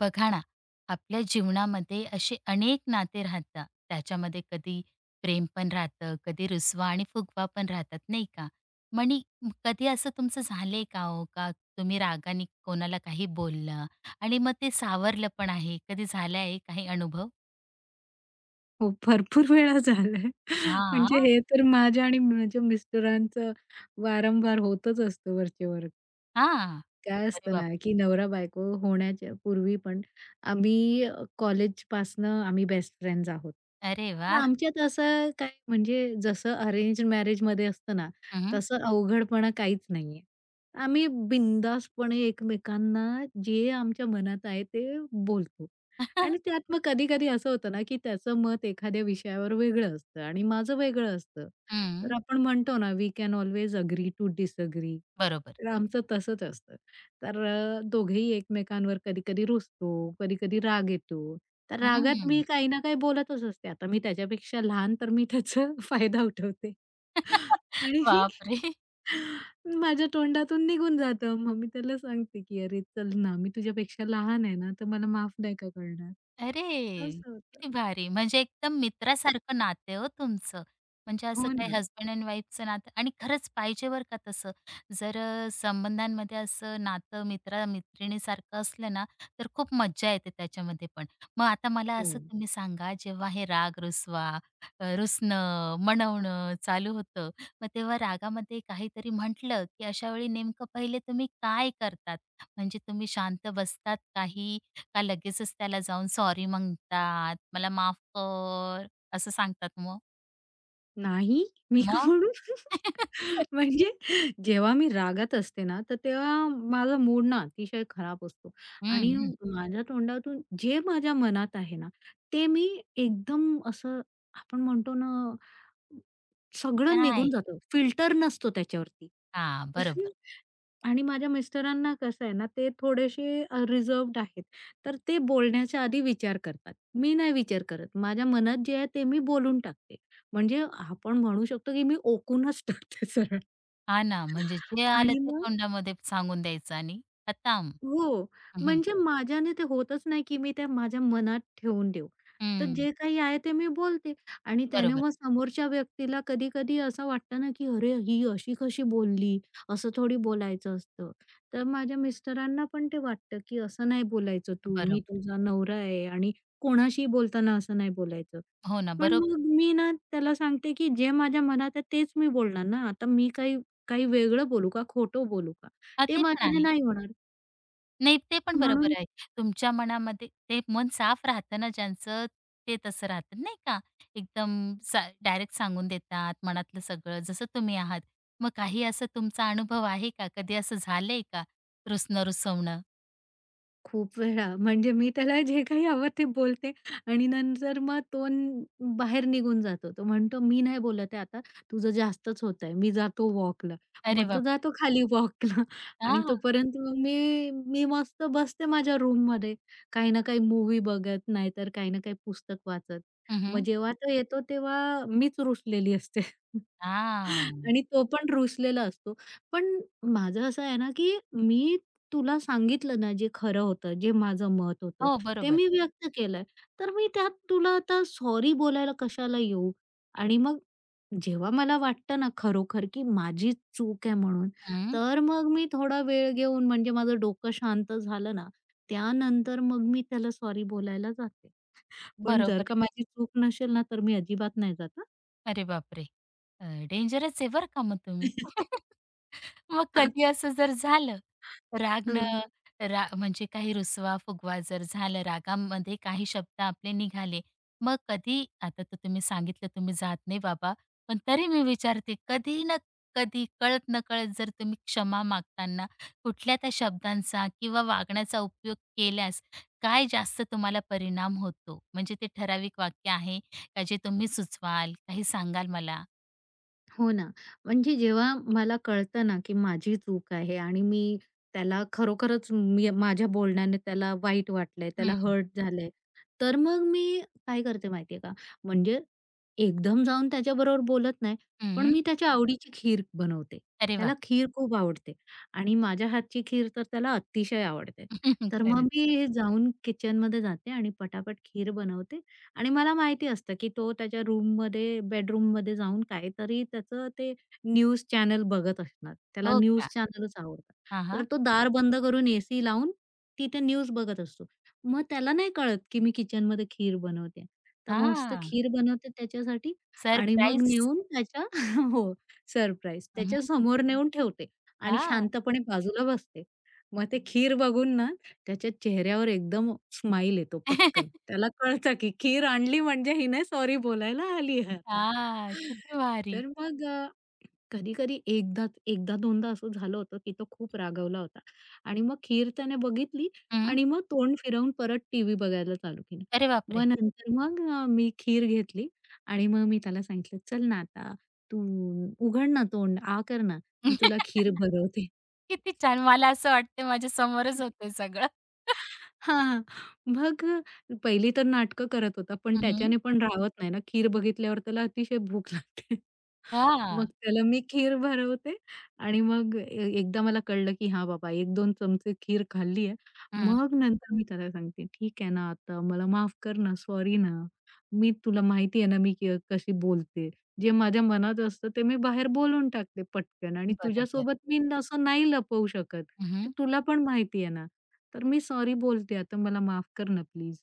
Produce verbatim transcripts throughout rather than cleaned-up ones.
बघा ना. आपल्या जीवनामध्ये असे अनेक नाते राहतात त्याच्यामध्ये कधी प्रेम पण राहतं, कधी रुसवा आणि फुगवा पण राहतात नाही का? म्हणी कधी असं तुमचं झालंय का हो का? तुम्ही रागाने कोणाला काही बोललं आणि मग ते सावरलं पण आहे? कधी झालं आहे काही अनुभव? हो, भरपूर वेळा झालंय. म्हणजे हा. हे तर माझ्या आणि माझ्या मिस्टरांचं वारंवार होतच असतं वरचेवर. हा. काय अरे असतं ना, बापरे. की नवरा-बायको होण्याच्या पूर्वी पण आम्ही अ, कॉलेजपासनं आम्ही बेस्ट फ्रेंड्स आहोत. अरे वा. तर आमच्यात असं काय म्हणजे जसं अरेंज मॅरेजमध्ये असतं ना, हम्म. तसं अवघडपणा काहीच नाहीये. आम्ही बिनधास्तपणे एकमेकांना जे आमच्या मनात आहे ते बोलतो. आणि त्यात मग कधी-कधी असं होतं ना, की त्याचं मत एखाद्या विषयावर वेगळं असतं आणि माझं वेगळं असतं. तर हम्म, आपण म्हणतो ना, we can always agree to disagree. बरोबर. तर आमचं तसंच असतं. तर अ, दोघेही एकमेकांवर कधी-कधी रुसतो, कधी-कधी राग येतो. तर रागात हम्म. मी काही ना काही बोलतच असते. आता मी त्याच्यापेक्षा लहान तर मी त्याचा फायदा उठवते. आणि बापरे. माझ्या तोंडातून निघून जातं. मग मी त्याला सांगते, की "अरे चल ना, मी तुझ्यापेक्षा लहान आहे ना, तर मला माफ नाही का करणार?" अरे! असं होतं. किती भारी. म्हणजे एकदम मित्रासारखं नातं आहे हो तुमचं. म्हणजे असं हो काही ना. हसबंड एंड वाईफचं नातं आणि खरंच पाहिजे बरं का तसं. जर अ, संबंधांमध्ये असं नातं मित्र-मैत्रिणीसारखं असलं ना, तर खूप मज्जा येते त्याच्यामध्ये पण. मग आता मला हो. असं तुम्ही सांगा, जेव्हा हे राग रुसवा, अ, रुसणं, म्हणवणं चालू होतं, मग तेव्हा रागामध्ये काहीतरी म्हटलं, की अशा वेळी नेमकं पहिले तुम्ही काय करतात? म्हणजे तुम्ही शांत बसतात काही का लगेचच त्याला जाऊन सॉरी म्हणतात, "मला माफ कर" असं सांगतात मग? नाही, मी का मग? म्हणू? म्हणजे जेव्हा मी रागात असते ना, तर तेव्हा माझा मूड ना अतिशय खराब असतो हं, आणि हं. माझ्या तोंडातून जे माझ्या मनात आहे ना, ते मी एकदम असं आपण म्हणतो ना सगळं काय? निघून जातं. फिल्टर नसतो त्याच्यावरती. हां, तर बरोबर. आणि माझ्या मिस्टरांना कसं आहे ना, ते थोडेसे अ, रिझर्व्ड आहेत. तर ते बोलण्याच्या आधी विचार करतात. मी नाही विचार करत. माझ्या मनात जे आहे ते मी बोलून टाकते. म्हणजे आपण म्हणू शकतो, की मी ओकूनच टाकते सरळ हां ना, म्हणजे जे आलं आणि ते मग तोंडामध्ये सांगून द्यायचं आणि खतम. हो. हं, हं. म्हणजे माझ्याने ते होतच नाही, की मी ते माझ्या मनात ठेवून देऊ. तर जे काही आहे ते मी बोलते आणि त्याने बरोबर, मग समोरच्या व्यक्तीला कधी-कधी असं वाटतं ना, की "अरे, ही अशी कशी बोलली? असं थोडी बोलायचं असतं." तर माझ्या मिस्टरांना पण ते वाटतं, की "असं नाही बोलायचं तू. मी बरोबर. तुझा नवरा आहे आणि कोणाशीही बोलताना असं नाही बोलायचं." हो ना, पण बरोबर. मग मी ना त्याला सांगते, की जे माझ्या मनात आहे तेच मी बोलणार ना. आता मी काही काही वेगळं बोलू का? खोटं बोलू का? हां, ते ते पण माझ्याने आहे. नाही होणार. नाही, ते पण म्हणून बरोबर आहे. तुमच्या मनामध्ये ते मन साफ राहतं ना ज्यांचं, ते तसं राहतं नाही का? एकदम सा डायरेक्ट सांगून देतात मनातलं सगळं, जसं तुम्ही आहात. मग काही असं तुमचा अनुभव आहे का? कधी असं झालंय का? रुसणं-रुसवणं? खूप वेळा म्हणजे मी त्याला जे काही हवं ते बोलते आणि नंतर मग तो न बाहेर निघून जातो. तो म्हणतो, "मी नाही बोलत आहे आता. तुझं जास्तच होतंय. मी जातो वॉकला." अरे मग तो बापरे! जातो खाली वॉकला आणि हां. तोपर्यंत मग मी मी मस्त बसते माझ्या रूममध्ये. काही ना काही मूव्ही बघत, नाहीतर काही ना काही पुस्तक वाचत. हं, मग हं. जेव्हा तो येतो तेव्हा मीच रुसलेली असते. आणि तो पण रुसलेला असतो. पण माझं असं आहे ना, की मी तुला सांगितलं ना जे खरं होतं, जे माझं मत होतं, हो, ते बरोबर. मी व्यक्त केलंय. तर मी त्यात तुला आता सॉरी बोलायला कशाला येऊ? आणि मग जेव्हा मला वाटतं ना खरोखर, की माझी चूक आहे म्हणून, हं. तर मग मी थोडा वेळ घेऊन म्हणजे माझं डोकं शांत झालं ना, त्यानंतर मग मी त्याला सॉरी बोलायला जाते. पण बरोबर जर का आहे. माझी चूक नसेल ना, तर मी अजिबात नाही जात अरे बापरे! अ, डेंजरच आहे बरं का मग तुम्ही. मग कधी असं जर झालं, हं. रागनं रा म्हणजे काही रुसवा-फुगवा जर झालं, रागामध्ये काही शब्द आपले निघाले, मग कधी आता तर तुम्ही सांगितलं तुम्ही जात नाही बाबा, पण तरी मी विचारते, कधी ना कधी कळत-नकळत जर तुम्ही क्षमा मागताना कुठल्या त्या शब्दांचा किंवा वागण्याचा उपयोग केल्यास काय जास्त तुम्हाला परिणाम होतो? म्हणजे ते ठराविक वाक्य आहे का जे तुम्ही सुचवाल, काही सांगाल मला? हो ना. म्हणजे जेव्हा मला कळतं ना, की माझी चूक आहे आणि मी त्याला खरोखरच मी माझ्या बोलण्याने त्याला वाईट वाटलंय, त्याला हं, हर्ट झालंय, तर मग मी काय करते माहिती आहे का? म्हणजे एकदम जाऊन त्याच्याबरोबर बोलत नाही, पण हं. मी त्याच्या आवडीची खीर बनवते. अरे त्याला वाह! खीर खूप आवडते आणि माझ्या हातची खीर तर त्याला अतिशय आवडते. तर मग खरंच. मी जाऊन किचनमध्ये जाते आणि पटापट खीर बनवते आणि मला माहिती असतं, की तो त्याच्या रूममध्ये बेडरूममध्ये जाऊन काहीतरी त्याचं ते न्यूज चॅनल बघत असणार. त्याला हो न्यूज का? चॅनलच आवडतात. हां, तर हां. तो दार बंद करून एसी लावून तिथे न्यूज बघत असतो. मग त्याला नाही कळत, की मी किचनमध्ये खीर बनवते. तर मग मस्त हां. खीर बनवते त्याच्यासाठी आणि मग सरप्राईज. नेऊन त्याच्या हो, सरप्राईज. हं, त्याच्या हं. समोर नेऊन ठेवते आणि हां. हां. शांतपणे बाजूला बसते. मग ते खीर बघून ना त्याच्या चेहऱ्यावर एकदम स्माईल येतो पटकन. त्याला कळतं, की खीर आणली म्हणजे हिने सॉरी बोलायला आली आहे आता. किती भारी. तर मग अ, कधी-कधी एकदाच एकदा-दोनदा असं झालं होतं, की तो खूप रागावला होता आणि मग खीर त्याने बघितली हं. आणि मग तोंड फिरवून परत टीव्ही बघायला चालू केलं. अरे मग बापरे! नंतर मग अ, मी खीर घेतली आणि मग मी त्याला सांगितलं, "चल ना आता, तू उघड ना तोंड, आ कर ना, मी तुला खीर भरवते." किती छान. मला असं वाटतं माझ्या समोरच होतंय सगळं. हां. मग अ, पहिली तर नाटकं करत होता, पण हं. त्याच्याने पण राहत नाही ना, खीर बघितल्यावर त्याला अतिशय भूक लागते. मग हां. त्याला मी खीर भरवते आणि मग ए एकदा मला कळलं, की हां बाबा एक-दोन चमचे खीर खाल्ली आहे. हं. मग नंतर मी त्याला सांगते, "ठीक आहे ना आता मला माफ कर ना, सॉरी ना. मी तुला माहिती आहे ना मी क कशी बोलते. जे माझ्या मनात असतं ते मी बाहेर बोलून टाकते पटकन आणि बरोबर. तुझ्यासोबत मी असं नाही लपवू शकत. ते हं. तुला पण माहिती आहे ना." तर मी सॉरी बोलते आता मला माफ कर ना प्लीज.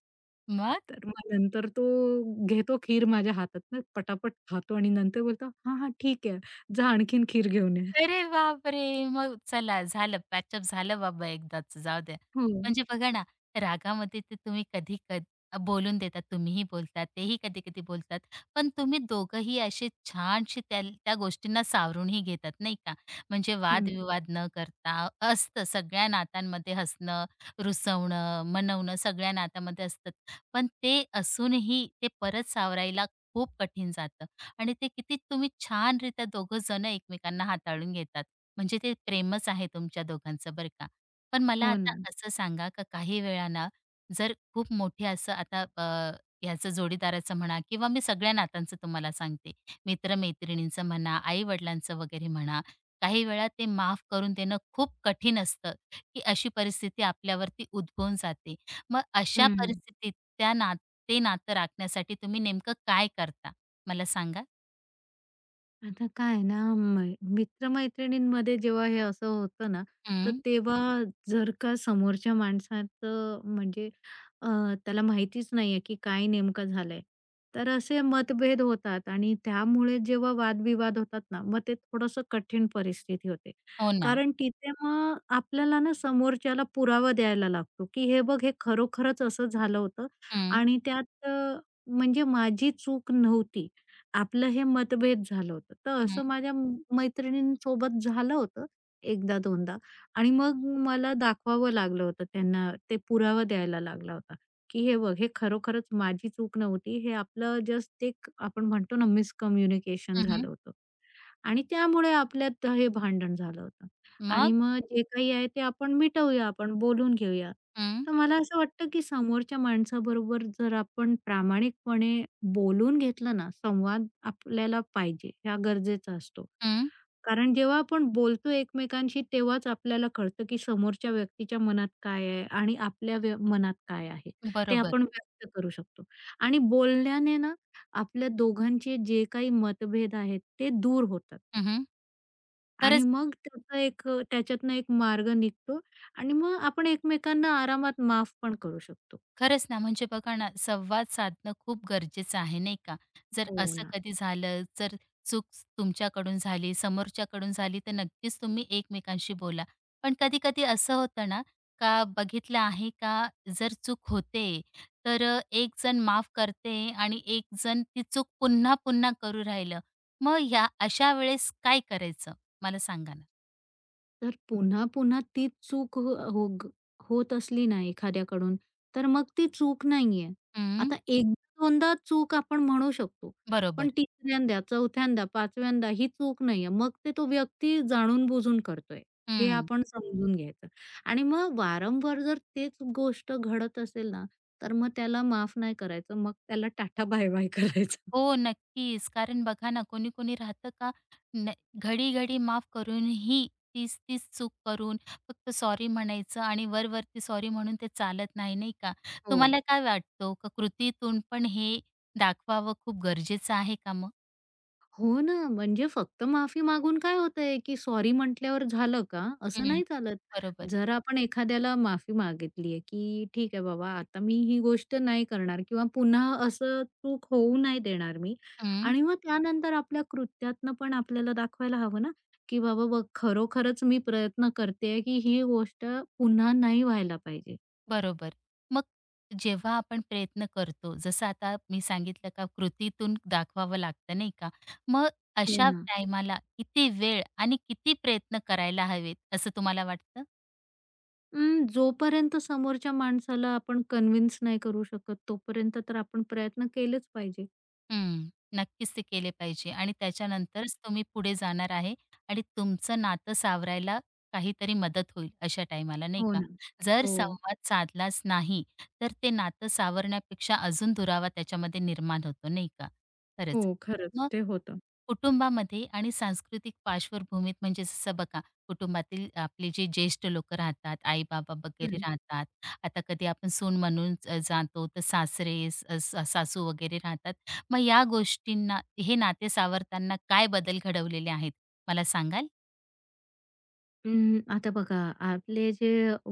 मग? तर मग नंतर तो घेतो खीर माझ्या हातातनं पटापट खातो आणि नंतर बोलतो, "हां, हां, ठीक आहे. जा आणखीन खीर घेऊन ये." अरे बापरे! मग चला, झालं पॅचअप झालं बाबा एकदाचं, जाऊ द्या. हो. म्हणजे बघा ना, रागामध्ये ते तुम्ही कधी क बोलून देतात, तुम्हीही बोलतात, तेही कधी-कधी बोलतात. पण तुम्ही दोघंही असे छानसे त्या त्या गोष्टींना सावरूनही घेतात नाही का? म्हणजे हं. वादविवाद न करता असतं सगळ्या नात्यांमध्ये हसणं, रुसवणं, मनवणं सगळ्या नात्यामध्ये असतं. पण ते असूनही ते परत सावरायला खूप कठीण जातं. आणि ते किती तुम्ही छानरित्या दोघं जण एकमेकांना हाताळून घेतात. म्हणजे ते प्रेमच आहे तुमच्या दोघांचं बरं का. पण मला हो आता ना. असं सांगा, का काही वेळा ना, जर खूप मोठे असं आता अ, ह्याचं जोडीदाराचं म्हणा किंवा मी सगळ्या नात्यांचं तुम्हाला सांगते, मित्र म्हणा, आई-वडिलांचं वगैरे म्हणा, काही वेळा ते माफ करून देणं खूप कठीण असतं, की अशी परिस्थिती आपल्यावरती उद्भवून जाते. मग अशा हं. परिस्थितीत त्या नात ते नातं राखण्यासाठी तुम्ही नेमकं काय करता? मला सांगा? आता काय आहे ना, मै मित्र-मैत्रिणींमध्ये जेव्हा हे असं होतं ना, तर हं. तेव्हा जर का समोरच्या माणसाचं म्हणजे अ, त्याला माहितीच नाहीये की काय नेमकं झालंय, तर असे मतभेद होतात आणि त्यामुळे जेव्हा वादविवाद होतात ना, मग ते थोडंसं कठीण परिस्थिती होते. हो ना. कारण तिथे मग आपल्याला ना समोरच्याला पुरावा द्यायला लागतो की हे बघ हे खरोखरच असं झालं होतं हं, आणि त्यात अ, म्हणजे माझी चूक नव्हती. आपलं हे मतभेद झालं होतं. तर हं, असं माझ्या म- मैत्रिणींसोबत झालं होतं एकदा दोनदा आणि मग मला दाखवावं लागलं होतं त्यांना. ते पुरावा द्यायला लागला होता, की "हे बघ, हे खरोखरच माझी चूक नव्हती. हे आपलं जस्ट एक आपण म्हणतो ना मिसकम्युनिकेशन हं, हं. झालं होतं आणि त्यामुळे आपल्यात हे भांडण झालं होतं." आणि मग? मग जे काही आहे ते आपण मिटवूया, आपण बोलून घेऊया. हं, तर मला असं वाटतं, की समोरच्या माणसाबरोबर जर आपण प्रामाणिकपणे बोलून घेतलं ना, संवाद आपल्याला पाहिजे, हा गरजेचा असतो. हं. कारण जेव्हा आपण बोलतो एकमेकांशी तेव्हाच आपल्याला कळतं, की समोरच्या व्यक्तीच्या मनात काय आहे आणि आपल्या व्य मनात काय आहे, ते बरोबर. आपण व्यक्त करू शकतो. आणि बोलण्याने ना आपल्या दोघांचे जे काही मतभेद आहेत ते दूर होतात. हं, हं. आणि खरंच. मग त्याचा एक अ, त्याच्यातनं एक मार्ग निघतो आणि मग आपण एकमेकांना आरामात माफ पण करू शकतो. खरंच ना, म्हणजे बघा ना, संवाद साधणं खूप गरजेचं आहे, नाही का? जर हो असं ना. कधी झालं, जर चूक तुमच्याकडून झाली, समोरच्याकडून झाली, तर नक्कीच तुम्ही एकमेकांशी बोला. पण कधी-कधी असं होतं ना, का बघितलं आहे का, जर चूक होते, तर एक जण माफ करते आणि एक जण ती चूक पुन्हा-पुन्हा करू राहिलं. मग ह्या अशा वेळेस काय करायचं? मला सांगा ना. तर पुन्हा-पुन्हा तीच चूक हो हो ग- होत असली ना एखाद्याकडून, तर मग ती चूक नाहीये. हं, आता एक-दोनदा चूक आपण म्हणू शकतो, पण बरोबर. तिसऱ्यांदा, चौथ्यांदा, पाचव्यांदा ही चूक नाहीये. मग ते तो व्यक्ती जाणून-बुजून करतोय, हे आपण समजून घ्यायचं. आणि मग वारंवार जर तेच गोष्ट घडत असेल ना, तर मग त्याला माफ नाही करायचं. मग त्याला टाटा बाय-बाय करायचं. हो, नक्कीच. कारण बघा ना, कोणी-कोणी राहतं का न घडी-घडी माफ करूनही तीच-तीच चूक करून फक्त सॉरी म्हणायचं, आणि वरवरती सॉरी म्हणून ते चालत नाही, नाही का? हो. तुम्हाला काय वाटतं, का कृतीतून पण हे दाखवावं खूप गरजेचं आहे का मग? हो ना, म्हणजे फक्त माफी मागून काय होतंय, की सॉरी म्हटल्यावर झालं का? असं हं, नाही चालत. बरोबर. जर आपण एखाद्याला माफी मागितलीये, की "ठीक आहे बाबा, आता मी ही गोष्ट नाही करणार किंवा पुन्हा असं चूक होऊ नाही देणार मी." आणि मग त्यानंतर आपल्या कृत्यातनं पण आपल्याला दाखवायला हवं ना, की "बाबा बघ, खरोखरच मी प्रयत्न करतेय, की ही गोष्ट पुन्हा नाही व्हायला पाहिजे." बरोबर. मग जेव्हा आपण प्रयत्न करतो, जसं आता मी सांगितलं, का कृतीतून दाखवावं लागतं नाही का? मग हो अशा ना. टाईमाला किती वेळ आणि किती प्रयत्न करायला हवेत असं तुम्हाला वाटतं? अं, जोपर्यंत समोरच्या माणसाला आपण कन्व्हिन्स नाही करू शकत, तोपर्यंत तर आपण प्रयत्न केलेच पाहिजे. हं. नक्कीच ते केले पाहिजे आणि त्याच्यानंतरच तुम्ही पुढे जाणार आहे आणि तुमचं नातं सावरायला काहीतरी मदत होईल अशा टाईमाला, नाही हो का? ना. जर हो. संवाद साधलाच नाही, तर ते नातं सावरण्यापेक्षा अजून दुरावा त्याच्यामध्ये निर्माण होतो नाही का? हो, खरंच. खरंच मग ते होतं. कुटुंबामध्ये आणि सांस्कृतिक पार्श्वभूमीत, म्हणजे जसं बघा, कुटुंबातील आपले जे ज्येष्ठ लोक राहतात, आई बाबा वगैरे हं. राहतात, आता कधी आपण सून म्हणून ज- जातो तर सासरे स- स- सासू वगैरे राहतात, मग या गोष्टींना, हे नाते सावरताना काय बदल घडवलेले आहेत, मला सांगाल? अं, आता बघा, आपले जे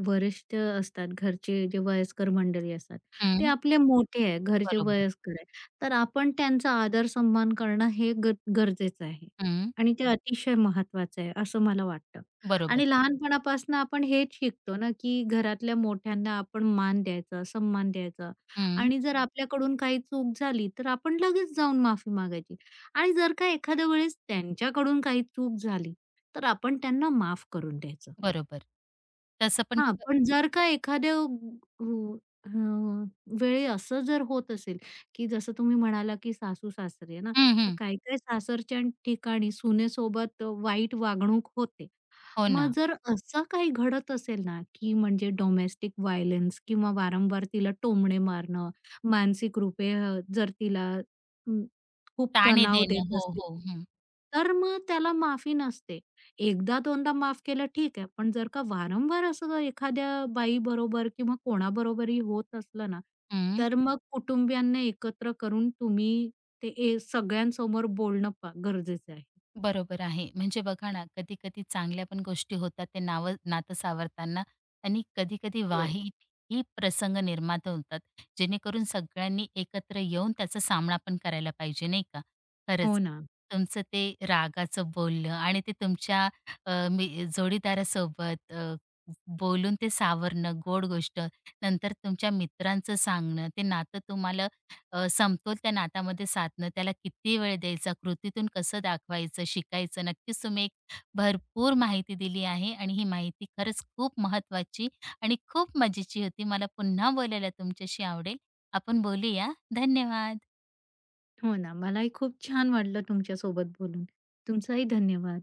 वरिष्ठ असतात, घरचे जे वयस्कर मंडळी असतात, ते हं, आपले मोठे आहे, घरचे बरोबर. वयस्कर आहे. तर आपण त्यांचा आदर-सन्मान करणं हे ग गरजेचं आहे हं, आणि ते अतिशय महत्त्वाचं आहे, असं मला वाटतं. बरोबर. आणि लहानपणापासून आपण हेच शिकतो ना, की घरातल्या मोठ्यांना आपण मान द्यायचा, सन्मान द्यायचा हं, आणि जर आपल्याकडून काही चूक झाली, तर आपण लगेच जाऊन माफी मागायची आणि जर का एखाद्या वेळेस त्यांच्याकडून काही चूक झाली तर आपण त्यांना माफ करून द्यायचं. बरोबर. तसं पण हां, क- पण जर का एखाद्या अ, अ, वेळी असं जर होत असेल, की जसं तुम्ही म्हणाला, की सासू-सासरे आहे ना, हं, तर हं, काही-काही सासरच्या ठिकाणी सुनेसोबत वाईट वागणूक होते. हो मग ना. जर असं काही घडत असेल ना, की म्हणजे डोमेस्टिक व्हायलन्स किंवा वारंवार तिला टोमणे मारणं, मानसिक रूपे अ, जर तिला अ, खूप ताणे तणाव देणं देत हो असतील, हो हं, तर मग त्याला माफी नसते. एकदा-दोनदा माफ केलं ठीक आहे. पण जर का वारंवार असं जर एखाद्या बाईबरोबर किंवा कोणाबरोबरही होत असलं ना, हं. तर मग कुटुंबियांना एकत्र करून तुम्ही ते ए सगळ्यांसमोर बोलणं पा गरजेचं आहे. बरोबर आहे. म्हणजे बघा ना, कधी-कधी चांगल्या पण गोष्टी होतात ते नावं नातं सावरताना, आणि कधी-कधी हो. वाईट ही प्रसंग निर्माता होतात, जेणेकरून सगळ्यांनी एकत्र येऊन त्याचा सामना पण करायला पाहिजे, नाही का? हो खरंच. ना. तुमचं ते रागाचं बोलणं आणि ते तुमच्या अ, मी जोडीदारासोबत अ, बोलून ते सावरणं, गोड गोष्ट, नंतर तुमच्या मित्रांचं सांगणं, ते नातं तुम्हाला अ, समतोल त्या नात्यामध्ये साधणं, त्याला किती वेळ द्यायचा, कृतीतून कसं दाखवायचं, शिकायचं. नक्कीच तुम्ही एक भरपूर माहिती दिली आहे आणि ही माहिती खरंच खूप महत्वाची, आणि खूप मजेची होती. मला पुन्हा बोलायला तुमच्याशी आवडेल. आपण बोलूया. धन्यवाद. हो ना. मलाही खूप छान वाटलं तुमच्यासोबत बोलून. तुमचाही धन्यवाद.